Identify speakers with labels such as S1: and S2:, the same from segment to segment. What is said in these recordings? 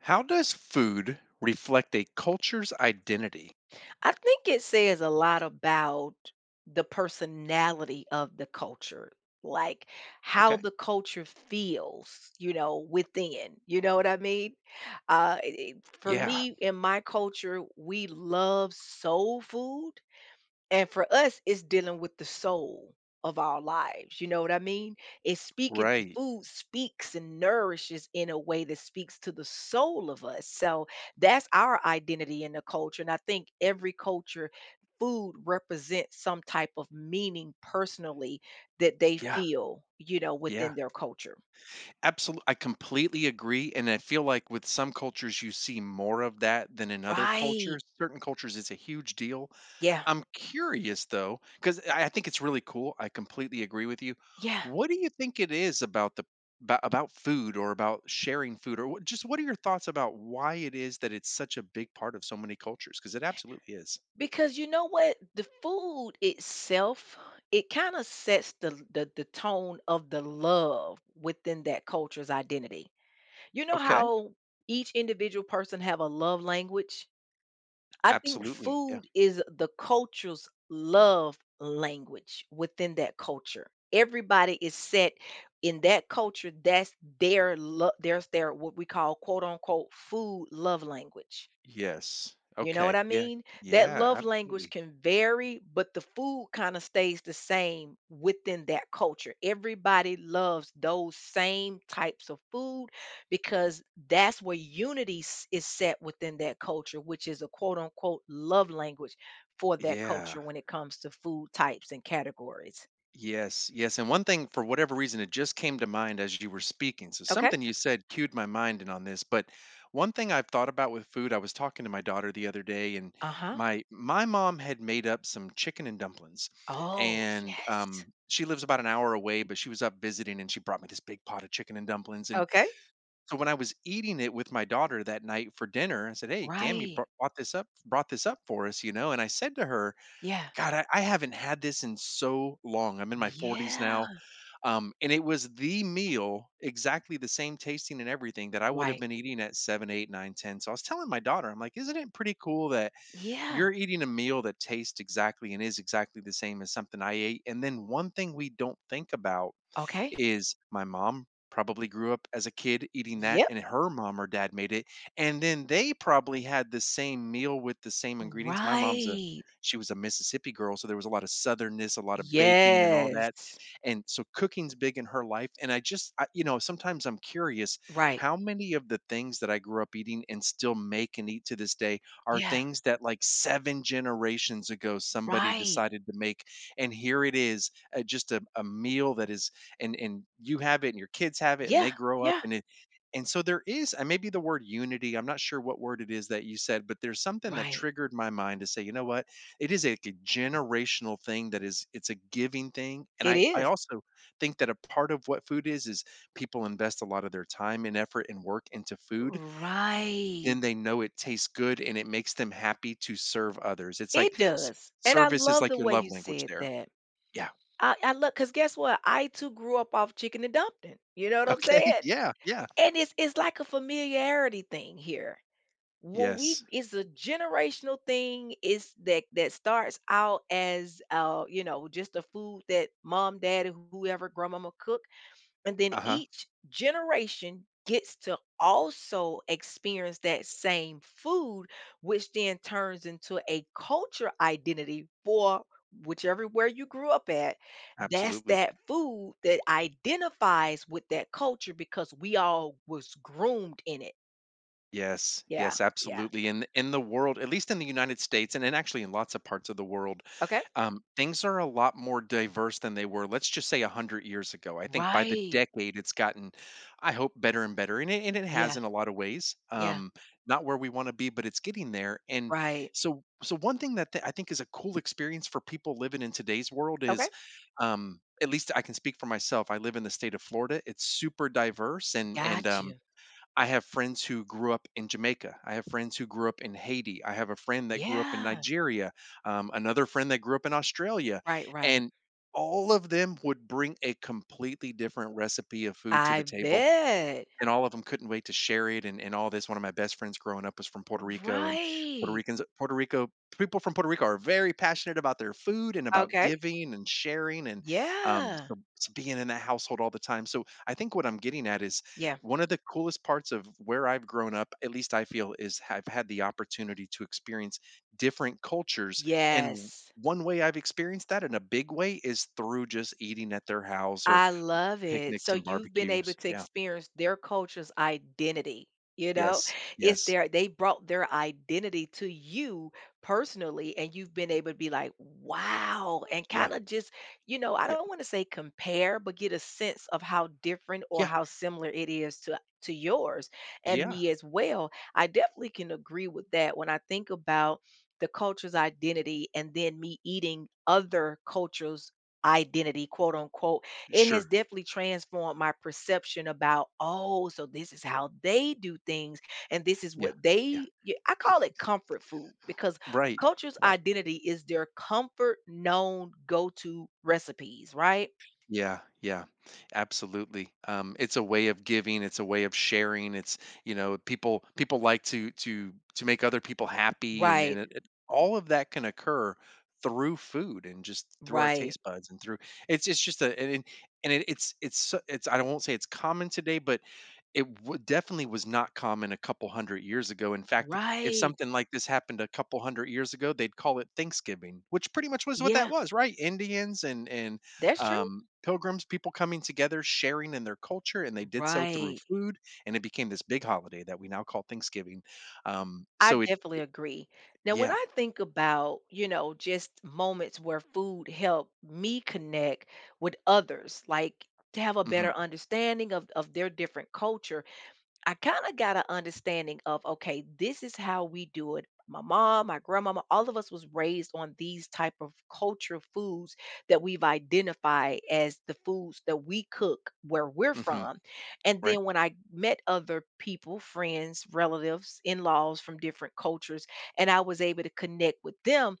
S1: How does food reflect a culture's identity?
S2: I think it says a lot about the personality of the culture, like how
S1: Okay.
S2: the culture feels, within. You know what I mean? For
S1: Yeah.
S2: me, in my culture, we love soul food and for us, it's dealing with the soul of our lives. You know what I mean? It's speaking to
S1: Right.
S2: Food speaks and nourishes in a way that speaks to the soul of us. So that's our identity in the culture. And I think every culture, food represents some type of meaning personally that they
S1: Yeah.
S2: feel, within
S1: Yeah.
S2: their culture.
S1: Absolutely. I completely agree. And I feel like with some cultures, you see more of that than in other
S2: Right.
S1: cultures. Certain cultures, it's a huge deal.
S2: Yeah.
S1: I'm curious, though, because I think it's really cool. I completely agree with you.
S2: Yeah.
S1: What do you think it is about about food or about sharing food, or what, just what are your thoughts about why it is that it's such a big part of so many cultures, because it absolutely is.
S2: Because you know what? The food itself, it kind of sets the tone of the love within that culture's identity. You know
S1: Okay.
S2: how each individual person have a love language? I think
S1: Absolutely, yeah.
S2: food is the culture's love language within that culture. Everybody is set in that culture. That's their love. There's their what we call quote unquote food love language.
S1: Yes.
S2: You know what
S1: Okay,
S2: I
S1: yeah.
S2: mean? That
S1: Yeah,
S2: love language
S1: absolutely.
S2: can vary, but the food kind of stays the same within that culture. Everybody loves those same types of food because that's where unity is set within that culture, which is a quote unquote love language for that
S1: Yeah.
S2: culture when it comes to food types and categories.
S1: Yes, yes, and one thing, for whatever reason, it just came to mind as you were speaking, so
S2: Okay.
S1: something you said cued my mind in on this. But one thing I've thought about with food, I was talking to my daughter the other day, and
S2: Uh huh.
S1: my mom had made up some chicken and dumplings,
S2: Oh,
S1: and,
S2: yes.
S1: she lives about an hour away, but she was up visiting, and she brought me this big pot of chicken and dumplings. And
S2: Okay.
S1: so when I was eating it with my daughter that night for dinner, I said, "Hey, Gammy
S2: Right.
S1: brought this up for us, you know." And I said to her,
S2: Yeah.
S1: "God, I haven't had this in so long. I'm in my 40s
S2: Yeah.
S1: now," and it was the meal, exactly the same tasting and everything that I would have
S2: Right.
S1: been eating at seven, eight, nine, ten. So I was telling my daughter, I'm like, "Isn't it pretty cool that
S2: Yeah.
S1: you're eating a meal that tastes exactly and is exactly the same as something I ate?" And then one thing we don't think about
S2: Okay.
S1: is my mom probably grew up as a kid eating that,
S2: Yep.
S1: and her mom or dad made it, and then they probably had the same meal with the same ingredients. My mom's a
S2: Right.
S1: she was a Mississippi girl, so there was a lot of southernness, a lot of baking and all that,
S2: Yes.
S1: and so cooking's big in her life. And sometimes I'm curious
S2: Right.
S1: how many of the things that I grew up eating and still make and eat to this day are
S2: Yeah.
S1: things that, like, seven generations ago somebody
S2: Right.
S1: decided to make, and here it is, just a meal that is, and you have it and your kids have it and
S2: Yeah.
S1: they grow up
S2: Yeah.
S1: and it. And so there is, and maybe the word unity, I'm not sure what word it is that you said, but there's something that
S2: Right.
S1: triggered my mind to say, you know what, it is like a generational thing. That is, it's a giving thing. And
S2: It
S1: I
S2: is.
S1: also think that a part of what food is people invest a lot of their time and effort and work into food,
S2: Right.
S1: then they know it tastes good and it makes them happy to serve others. It's like
S2: It does. And I
S1: service is
S2: love
S1: like
S2: the
S1: your
S2: way
S1: love
S2: you
S1: language
S2: said
S1: there.
S2: that.
S1: Yeah.
S2: I love because guess what? I too grew up off chicken and dumpling. You know what I'm
S1: Okay.
S2: saying?
S1: Yeah, yeah,
S2: And it's like a familiarity thing here. When we
S1: yes.
S2: It's a generational thing, it's that that starts out as just a food that mom, dad, or whoever grandmama cooked and then
S1: Uh-huh.
S2: each generation gets to also experience that same food which then turns into a culture identity for whichever where you grew up at. That's
S1: Absolutely.
S2: that food that identifies with that culture because we all was groomed in it.
S1: Yes,
S2: Yeah.
S1: yes,
S2: Yeah.
S1: absolutely. In the world, at least in the United States, and actually in lots of parts of the world,
S2: Okay.
S1: things are a lot more diverse than they were, let's just say, a hundred years ago. I think by the
S2: Right.
S1: decade, it's gotten, I hope, better and better, and it has
S2: Yeah.
S1: in a lot of ways.
S2: Yeah.
S1: Not where we want to be, but it's getting there. And
S2: Right.
S1: so, so one thing that I think is a cool experience for people living in today's world is,
S2: Okay.
S1: at least I can speak for myself. I live in the state of Florida. It's super diverse, and
S2: Got you.
S1: I have friends who grew up in Jamaica. I have friends who grew up in Haiti. I have a friend that grew up in
S2: Yeah.
S1: Nigeria, another friend that grew up in Australia.
S2: Right, right.
S1: And all of them would bring a completely different recipe of food to the
S2: I
S1: table,
S2: bet.
S1: and all of them couldn't wait to share it, and all this. One of my best friends growing up was from Puerto Rico, and Puerto
S2: Right.
S1: Ricans, Puerto Rico people from Puerto Rico are very passionate about their food and about
S2: Okay.
S1: giving and sharing, and
S2: Yeah.
S1: so, so being in that household all the time. So I think what I'm getting at is
S2: Yeah.
S1: one of the coolest parts of where I've grown up, at least I feel, is I've had the opportunity to experience different cultures, and
S2: Yes.
S1: one way I've experienced that in a big way is through just eating at their house or
S2: I love it.
S1: picnics
S2: So
S1: and
S2: you've been able
S1: barbecues.
S2: to
S1: Yeah.
S2: experience their culture's identity. You know,
S1: Yes,
S2: it's
S1: yes.
S2: their they brought their identity to you personally, and you've been able to be like, wow, and
S1: Yeah,
S2: kind of just, I
S1: yeah,
S2: don't want to say compare, but get a sense of how different or
S1: yeah,
S2: how similar it is to yours and
S1: yeah,
S2: me as well. I definitely can agree with that when I think about the culture's identity and then me eating other cultures' identity, quote unquote. It has
S1: sure.
S2: definitely transformed my perception about, oh, so this is how they do things. And this is
S1: Yeah,
S2: what
S1: yeah.
S2: I call it comfort food because a
S1: Right,
S2: culture's
S1: right.
S2: identity is their comfort, known, go to recipes, right?
S1: Yeah, yeah, absolutely. It's a way of giving. It's a way of sharing. It's, you know, people like to make other people happy, and
S2: Right,
S1: all of that can occur through food and just through our
S2: right,
S1: taste buds and through, it's just a, and it's it's, I won't say it's common today, but it definitely was not common a couple hundred years ago. In fact, if
S2: right.
S1: something like this happened a couple hundred years ago, they'd call it Thanksgiving, which pretty much was what that
S2: Yeah,
S1: was, right? Indians and
S2: that's true.
S1: pilgrims, people coming together, sharing in their culture, and they did so through
S2: Right.
S1: food, and it became this big holiday that we now call Thanksgiving.
S2: I
S1: So it,
S2: definitely agree. Now, when
S1: yeah,
S2: I think about, just moments where food helped me connect with others, like to have a better
S1: hmm,
S2: understanding of their different culture, I kind of got an understanding of okay, this is how we do it. My mom, my grandmama, all of us was raised on these type of culture foods that we've identified as the foods that we cook where we're
S1: hmm,
S2: from. And
S1: right,
S2: then when I met other people, friends, relatives, in-laws from different cultures, and I was able to connect with them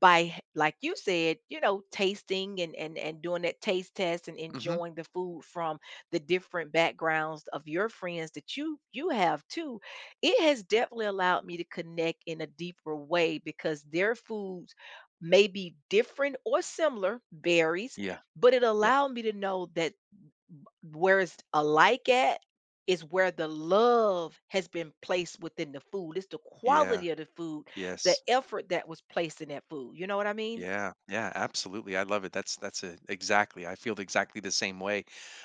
S2: by like you said, tasting and and doing that taste test and
S1: hmm,
S2: enjoying the food from the different backgrounds of your friends that you have too. It has definitely allowed me to connect in a deeper way because their foods may be different or similar berries,
S1: yeah,
S2: but it
S1: yeah,
S2: allowed me to know that where it's alike at is where the love has been placed within the food. It's the
S1: yeah,
S2: quality of the food, the
S1: yes.
S2: effort that was placed in that food, you know what I mean?
S1: Yeah, yeah, absolutely. I love it. That's it. Exactly. I feel exactly the same way.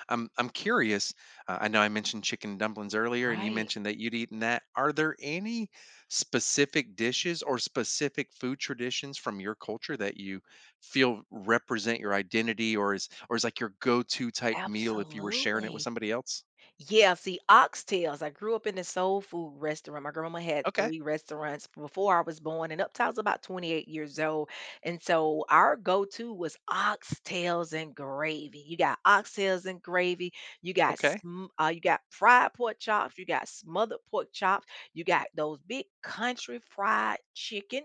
S1: I'm curious. I know I mentioned chicken dumplings earlier, and you
S2: Right.
S1: mentioned that you'd eaten that. Are there any specific dishes or specific food traditions from your culture that you feel represent your identity, or is like your go-to type meal if you were sharing it with
S2: Absolutely.
S1: somebody else?
S2: Yeah, see, oxtails. I grew up in a soul food restaurant. My grandma had
S1: Okay.
S2: three restaurants before I was born, and up till I was about 28 years old. And so our go to was oxtails and gravy. You got oxtails and gravy. You got
S1: Okay.
S2: you got fried pork chops. You got smothered pork chops. You got those big country fried chicken,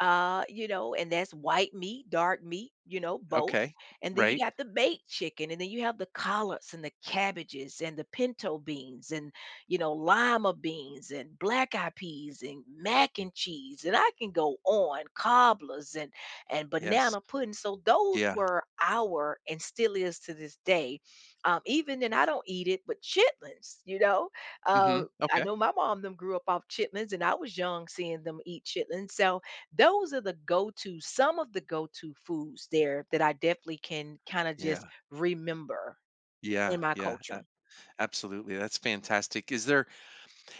S2: and that's white meat, dark meat, both.
S1: Okay.
S2: And then you
S1: Right.
S2: got the baked chicken, and then you have the collards and the cabbages and the pinto beans and lima beans and black eyed peas and mac and cheese, and I can go on cobblers and
S1: Yes.
S2: banana pudding. So those
S1: Yeah.
S2: were our and still is to this day. Even and I don't eat it, but chitlins. Uh,
S1: Mm-hmm.
S2: I
S1: Okay.
S2: know my mom them grew up off chitlins, and I was young seeing them eat chitlins. So those are the go-to, some of the go-to foods there that I definitely can kinda just
S1: Yeah.
S2: remember in
S1: Yeah.
S2: my
S1: Yeah.
S2: culture.
S1: Absolutely, that's fantastic.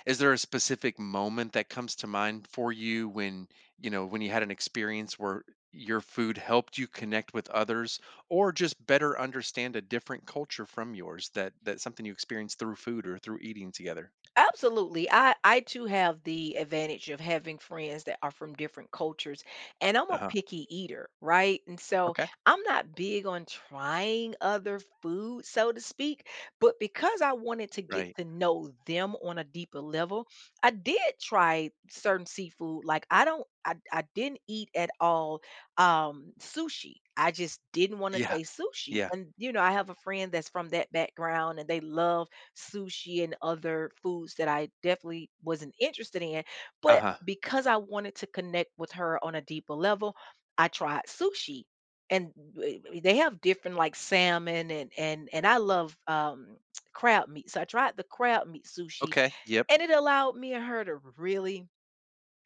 S1: Is there a specific moment that comes to mind for you when, you know, when you had an experience where your food helped you connect with others, or just better understand a different culture from yours? That that something you experienced through food or through eating together?
S2: Absolutely. I too have the advantage of having friends that are from different cultures and I'm a
S1: Uh-huh.
S2: picky eater, right? And so
S1: Okay.
S2: I'm not big on trying other food, so to speak, but because I wanted to get
S1: Right.
S2: to know them on a deeper level, I did try certain seafood. Like I don't I didn't eat at all sushi. I just didn't want to
S1: Yeah.
S2: taste sushi.
S1: Yeah.
S2: And I have a friend that's from that background and they love sushi and other foods that I definitely wasn't interested in. But
S1: Uh-huh.
S2: because I wanted to connect with her on a deeper level, I tried sushi. And they have different like salmon and and I love crab meat. So I tried the crab meat sushi
S1: Okay. Yep.
S2: and it allowed me and her to really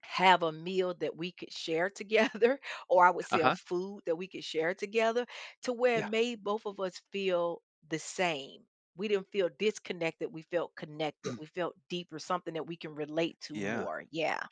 S2: have a meal that we could share together, or I would say a
S1: Uh-huh.
S2: food that we could share together, to where it
S1: Yeah.
S2: made both of us feel the same. We didn't feel disconnected. We felt connected. We felt deeper, something that we can relate to
S1: Yeah.
S2: more. Yeah.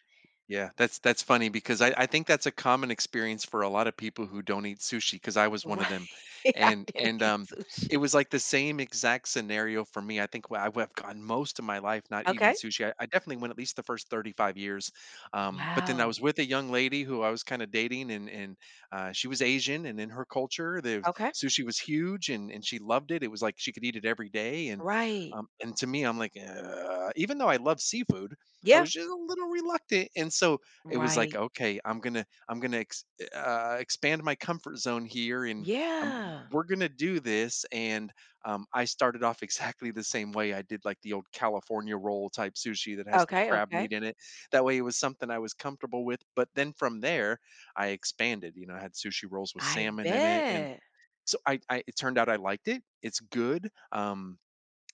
S1: Yeah, that's funny because I think that's a common experience for a lot of people who don't eat sushi, because I was one
S2: Right.
S1: of them,
S2: I didn't
S1: and
S2: eat
S1: it
S2: sushi.
S1: was like the same exact scenario for me. I think I've gone most of my life not eating
S2: Okay.
S1: sushi. I definitely went at least the first 35 years, but then I
S2: Wow.
S1: was with a young lady who I was kind of dating, and she was Asian, and in her culture, the
S2: Okay.
S1: sushi was huge, and she loved it. It was like she could eat it every day,
S2: Right.
S1: and to me, I'm like, even though I love seafood, I
S2: Yeah.
S1: was just a little reluctant, and so it was like,
S2: Right.
S1: okay, I'm gonna expand my comfort zone here, and um,
S2: Yeah.
S1: we're gonna do this. And I started off exactly the same way. I did like the old California roll type sushi that has the
S2: Okay.
S1: crab
S2: Okay.
S1: meat in it. That way, it was something I was comfortable with. But then from there, I expanded. You know, I had sushi rolls with
S2: I
S1: salmon in it, and
S2: bet.
S1: so I it turned out I liked it. It's good.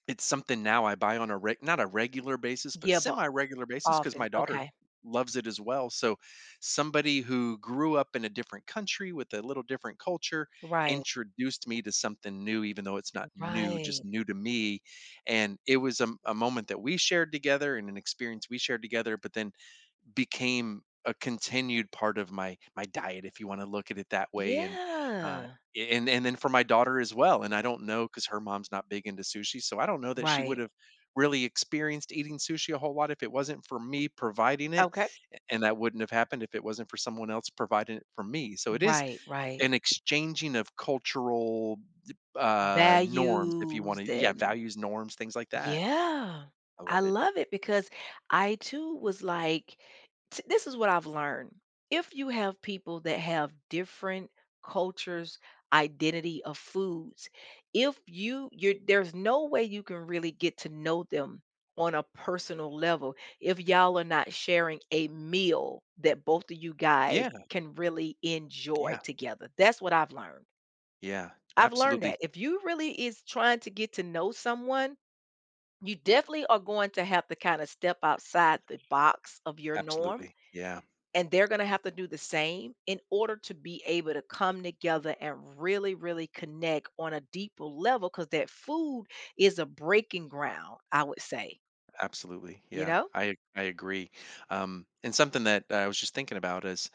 S1: It's something now I buy on a reg not a regular basis, but
S2: Yeah, but
S1: semi-regular basis, because
S2: often.
S1: my daughter
S2: Okay.
S1: loves it as well. So somebody who grew up in a different country with a little different culture
S2: Right.
S1: introduced me to something new, even though it's not new,
S2: Right.
S1: just new to me, and it was a moment that we shared together and an experience we shared together, but then became a continued part of my my diet, if you want to look at it that way. And uh
S2: Yeah.
S1: and then for my daughter as well. And I don't know, because her mom's not big into sushi, so I don't know that she would
S2: Right.
S1: have really experienced eating sushi a whole lot if it wasn't for me providing it.
S2: Okay.
S1: And that wouldn't have happened if it wasn't for someone else providing it for me. So it is
S2: Right, right.
S1: an exchanging of cultural norms, if you
S2: Values
S1: want to, yeah,
S2: and.
S1: values, norms, things like that.
S2: Yeah.
S1: I
S2: I
S1: love it.
S2: love it because I too was like, this is what I've learned. If you have people that have different cultures, identity of foods, if you you're there's no way you can really get to know them on a personal level if y'all are not sharing a meal that both of you guys
S1: Yeah,
S2: can really enjoy
S1: yeah,
S2: together. That's what I've learned.
S1: yeah,
S2: I've learned
S1: absolutely,
S2: that if you really is trying to get to know someone, you definitely are going to have to kind of step outside the box of your norm
S1: absolutely, yeah.
S2: and they're going to have to do the same in order to be able to come together and really really connect on a deeper level because that food is a breaking ground, I would say.
S1: Absolutely.
S2: you know
S1: I agree. And something that I was just thinking about is,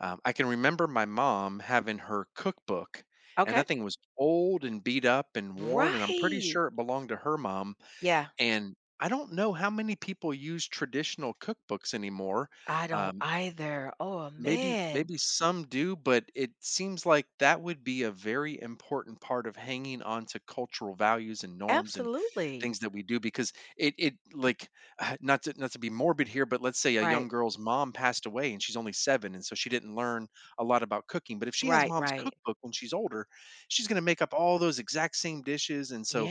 S1: I can remember my mom having her cookbook, and
S2: okay.
S1: that thing was old and beat up and worn, and I'm pretty
S2: Right.
S1: sure it belonged to her mom.
S2: Yeah.
S1: And I don't know how many people use traditional cookbooks anymore.
S2: I don't
S1: Um,
S2: either. Oh
S1: Maybe
S2: man.
S1: maybe some do, but it seems like that would be a very important part of hanging on to cultural values and norms and
S2: Absolutely.
S1: things that we do. Because it, like, not to be morbid here, but let's say a young
S2: Right,
S1: girl's mom passed away and she's only 7, and so she didn't learn a lot about cooking. But if she has
S2: right,
S1: mom's
S2: right.
S1: cookbook when she's older, she's gonna make up all those exact same dishes. And so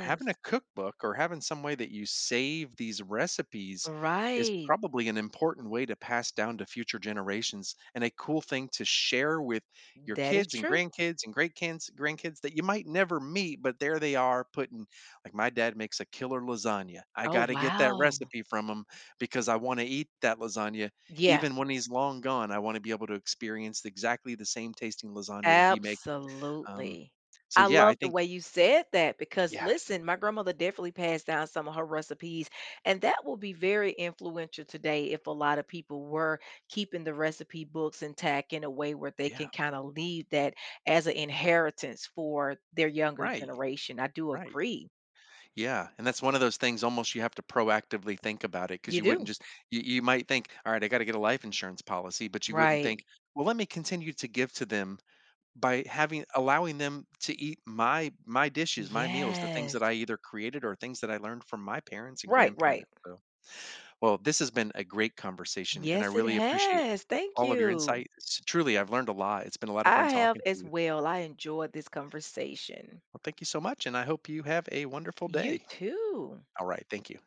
S1: having a cookbook or having some way that you save these recipes is
S2: Right.
S1: probably an important way to pass down to future generations, and a cool thing to share with your
S2: That is
S1: kids and
S2: true.
S1: grandkids and great kids grandkids that you might never meet, but there they are putting, like, my dad makes a killer lasagna. I
S2: Oh
S1: got to get that
S2: wow.
S1: recipe from him, because I want to eat that lasagna
S2: Yeah.
S1: even when he's long gone. I want to be able to experience exactly the same tasting lasagna that he makes. um,
S2: Absolutely.
S1: so
S2: I
S1: yeah, I
S2: love the
S1: think,
S2: way you said that because
S1: yeah,
S2: listen, my grandmother definitely passed down some of her recipes, and that will be very influential today if a lot of people were keeping the recipe books intact in a way where they can
S1: yeah,
S2: kind of leave that as an inheritance for their younger
S1: right.
S2: generation. I do
S1: Right.
S2: agree.
S1: Yeah. And that's one of those things, almost, you have to proactively think about it. Because
S2: You
S1: you wouldn't
S2: do.
S1: just, you might think, all right, I got to get a life insurance policy, but you wouldn't
S2: Right.
S1: think, well, let me continue to give to them by having, allowing them to eat my, my dishes, my meals, the things
S2: Yes.
S1: that I either created or things that I learned from my parents and
S2: Right, right.
S1: grandparents. So, well, this has been a great conversation, and I
S2: Yes, it
S1: really appreciate
S2: has. Thank
S1: all of your
S2: you.
S1: insights. Truly, I've learned a lot. It's been a lot of
S2: I
S1: fun
S2: have
S1: talking to
S2: as
S1: you.
S2: well. I enjoyed this conversation.
S1: Well, thank you so much. And I hope you have a wonderful
S2: You
S1: day.
S2: too.
S1: All right. Thank you.